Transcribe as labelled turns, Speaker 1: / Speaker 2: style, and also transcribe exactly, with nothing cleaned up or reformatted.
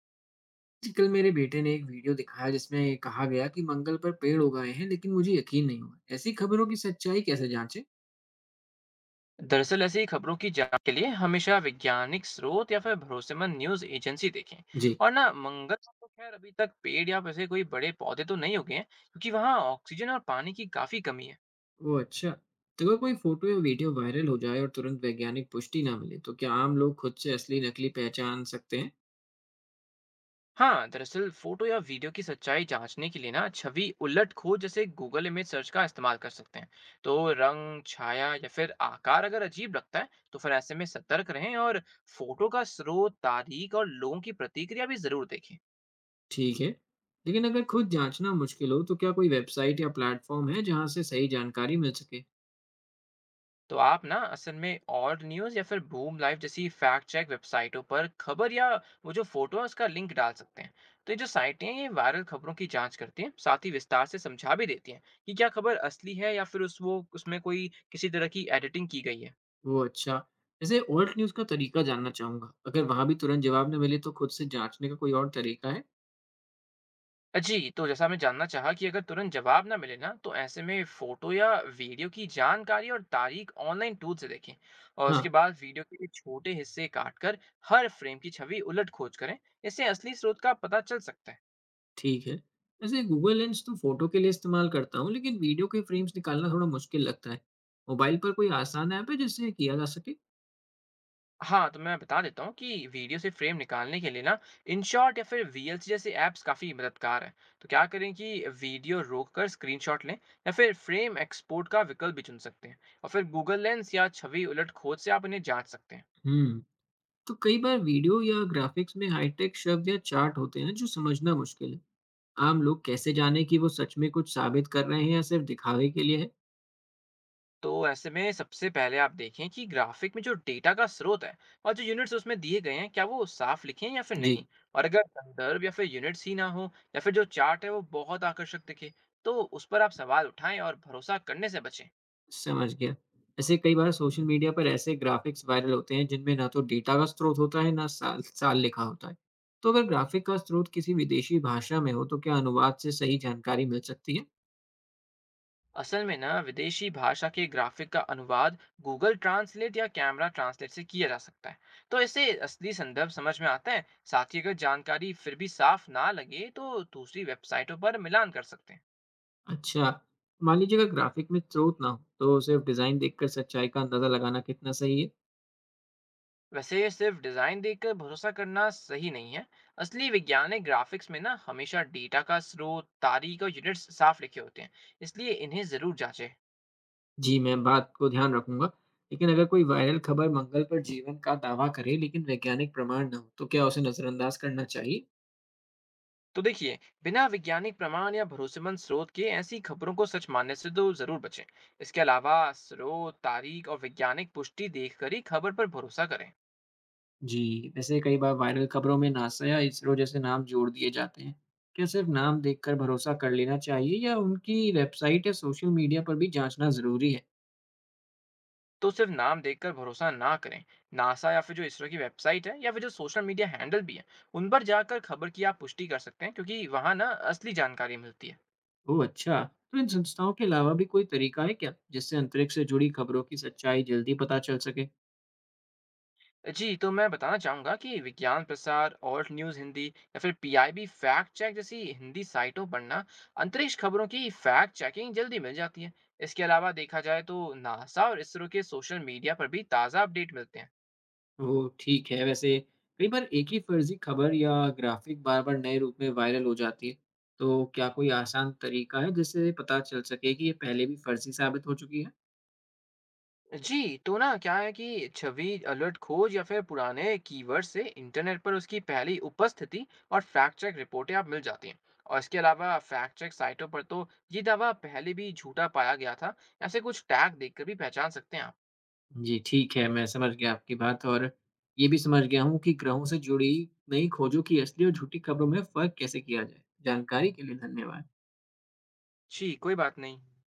Speaker 1: जी, कल मेरे बेटे ने एक वीडियो दिखाया जिसमें कहा गया कि मंगल पर पेड़ उगाए हैं, लेकिन मुझे यकीन नहीं हुआ। ऐसी खबरों की सच्चाई कैसे जांचें?
Speaker 2: दरअसल ऐसी खबरों की जांच के लिए हमेशा वैज्ञानिक स्रोत या फिर भरोसेमंद न्यूज एजेंसी देखें।
Speaker 1: जी।
Speaker 2: और ना मंगल पर तो खैर अभी तक पेड़ या वैसे कोई बड़े पौधे तो नहीं उगे हैं, क्योंकि वहाँ ऑक्सीजन और पानी की काफी कमी है।
Speaker 1: वो अच्छा। तो अगर कोई फोटो या वीडियो वायरल हो जाए और तुरंत वैज्ञानिक पुष्टि ना मिले, तो क्या आम लोग खुद से असली नकली पहचान सकते हैं?
Speaker 2: हाँ, दरअसल फोटो या वीडियो की सच्चाई जांचने के लिए ना छवि उलट खोज जैसे गूगल इमेज सर्च का इस्तेमाल कर सकते हैं। तो रंग छाया या फिर आकार अगर अजीब लगता है तो फिर ऐसे में सतर्क रहें। और फोटो का स्रोत, तारीख और लोगों की प्रतिक्रिया भी जरूर देखें।
Speaker 1: ठीक है। लेकिन अगर खुद जांचना मुश्किल हो, तो क्या कोई वेबसाइट या प्लेटफॉर्म है जहां से सही जानकारी मिल सके?
Speaker 2: तो आप ना असल में और न्यूज़ या फिर बूम लाइव जैसी फैक्ट चेक वेबसाइटों पर खबर या वो जो फोटो है उसका लिंक डाल सकते हैं। तो ये जो साइटें हैं ये वायरल खबरों की जांच करती हैं, साथ ही विस्तार से समझा भी देती हैं कि क्या खबर असली है या फिर उस वो उसमें कोई किसी तरह की एडिटिंग की गई है।
Speaker 1: वो अच्छा। जैसे ओल्ट न्यूज का तरीका जानना चाहूंगा। अगर वहां भी तुरंत जवाब न मिले, तो खुद से जांचने का कोई और तरीका है?
Speaker 2: जी, तो जैसा मैं जानना चाहा कि अगर तुरंत जवाब ना मिले ना, तो ऐसे में फ़ोटो या वीडियो की जानकारी और तारीख ऑनलाइन टूल से देखें। और उसके
Speaker 1: हाँ।
Speaker 2: बाद वीडियो के छोटे हिस्से काटकर हर फ्रेम की छवि उलट खोज करें। इससे असली स्रोत का पता चल सकता है।
Speaker 1: ठीक है। वैसे गूगल लेंस तो फ़ोटो के लिए इस्तेमाल करता हूँ, लेकिन वीडियो के फ़्रेम्स निकालना थोड़ा मुश्किल लगता है। मोबाइल पर कोई आसान ऐप है जिससे ये किया जा सके?
Speaker 2: हाँ, तो मैं बता देता हूँ कि वीडियो से फ्रेम निकालने के लिए ना इनशॉट या फिर वीएलसी जैसे ऐप्स काफ़ी मददगार हैं। तो क्या करें कि वीडियो रोककर स्क्रीनशॉट लें या फिर फ्रेम एक्सपोर्ट का विकल्प भी चुन सकते हैं। और फिर गूगल लेंस या छवि उलट खोज से आप उन्हें जांच सकते हैं।
Speaker 1: हुँ। तो कई बार वीडियो या ग्राफ़िक्स में हाई-टेक शब्द या चार्ट होते हैं जो समझना मुश्किल है। आम लोग कैसे जानें कि वो सच में कुछ साबित कर रहे हैं या सिर्फ़ दिखावे के लिए है?
Speaker 2: तो ऐसे में सबसे पहले आप देखें कि ग्राफिक में जो डेटा का स्रोत है और जो यूनिट्स उसमें दिए गए हैं, क्या वो साफ लिखे हैं या फिर
Speaker 1: जी।
Speaker 2: नहीं। और अगर संदर्भ या फिर यूनिट्स ही ना हो, या फिर जो चार्ट है वो बहुत आकर्षक दिखे, तो उस पर आप सवाल उठाएं और भरोसा करने से बचें।
Speaker 1: समझ गया। ऐसे कई बार सोशल मीडिया पर ऐसे ग्राफ़िक्स वायरल होते हैं जिनमें ना तो डेटा का स्रोत होता है, ना साल साल लिखा होता है। तो अगर ग्राफ़िक का स्रोत किसी विदेशी भाषा में हो, तो क्या अनुवाद से सही जानकारी मिल सकती है?
Speaker 2: असल में ना विदेशी भाषा के ग्राफिक का अनुवाद गूगल ट्रांसलेट या कैमरा ट्रांसलेट से किया जा सकता है। तो इससे असली संदर्भ समझ में आता है। साथ ही अगर जानकारी फिर भी साफ ना लगे तो दूसरी वेबसाइटों पर मिलान कर सकते हैं।
Speaker 1: अच्छा, मान लीजिए अगर ग्राफ़िक में स्रोत ना हो, तो सिर्फ़ डिज़ाइन देखकर सच्चाई का अंदाज़ा लगाना कितना सही है?
Speaker 2: वैसे ये सिर्फ डिज़ाइन देखकर भरोसा करना सही नहीं है। असली वैज्ञानिक ग्राफिक्स में ना हमेशा डेटा का स्रोत, तारीख और यूनिट्स साफ लिखे होते हैं। इसलिए इन्हें ज़रूर जांचें।
Speaker 1: जी, मैं बात को ध्यान रखूँगा। लेकिन अगर कोई वायरल खबर मंगल पर जीवन का दावा करे लेकिन वैज्ञानिक प्रमाण ना हो, तो क्या उसे नज़रअंदाज करना चाहिए?
Speaker 2: तो देखिए, बिना वैज्ञानिक प्रमाण या भरोसेमंद स्रोत के ऐसी खबरों को सच मानने से तो ज़रूर बचें। इसके अलावा स्रोत, तारीख और वैज्ञानिक पुष्टि देखकर ही खबर पर भरोसा करें।
Speaker 1: जी, वैसे कई बार वायरल खबरों में नासा या इसरो जैसे नाम जोड़ दिए जाते हैं। क्या सिर्फ नाम देखकर भरोसा कर लेना चाहिए, या उनकी वेबसाइट या सोशल मीडिया पर भी जाँचना ज़रूरी है?
Speaker 2: तो सिर्फ नाम देखकर भरोसा ना करें। नासा या फिर जो इसरो की वेबसाइट है या फिर जो सोशल मीडिया हैंडल भी है, उन पर जाकर खबर की आप पुष्टि कर सकते हैं, क्योंकि वहां ना असली जानकारी मिलती है।
Speaker 1: ओह अच्छा! तो इन संस्थाओं के अलावा भी कोई तरीका है क्या, जिससे अंतरिक्ष से जुड़ी खबरों की सच्चाई जल्दी पता चल सके?
Speaker 2: जी, तो मैं बताना चाहूँगा कि विज्ञान प्रसार, ऑल्ट न्यूज़ हिंदी या फिर पीआईबी फैक्ट चेक जैसी हिंदी साइटों पर ना अंतरिक्ष खबरों की फैक्ट चेकिंग जल्दी मिल जाती है। इसके अलावा देखा जाए तो नासा और इसरो के सोशल मीडिया पर भी ताज़ा अपडेट मिलते हैं।
Speaker 1: ओह ठीक है। वैसे कई बार एक ही फर्जी खबर या ग्राफ़िक बार-बार नए रूप में वायरल हो जाती है। तो क्या कोई आसान तरीका है जिससे पता चल सके कि ये पहले भी फर्जी साबित हो चुकी है?
Speaker 2: जी, तो ना क्या है कि छवि, अलर्ट खोज या फिर पुराने कीवर्ड से इंटरनेट पर उसकी पहली उपस्थिति और फैक्ट चेक रिपोर्टें आप मिल जाती हैं। और इसके अलावा फैक्ट चेक साइटों पर तो ये दावा पहले भी झूठा पाया गया था, ऐसे कुछ टैग देखकर भी पहचान सकते हैं आप।
Speaker 1: जी, ठीक है, मैं समझ गया आपकी बात। और ये भी समझ गया हूँ कि ग्रहों से जुड़ी नई खोजों की असली और झूठी खबरों में फ़र्क कैसे किया जाए। जानकारी के लिए धन्यवाद।
Speaker 2: जी, कोई बात नहीं।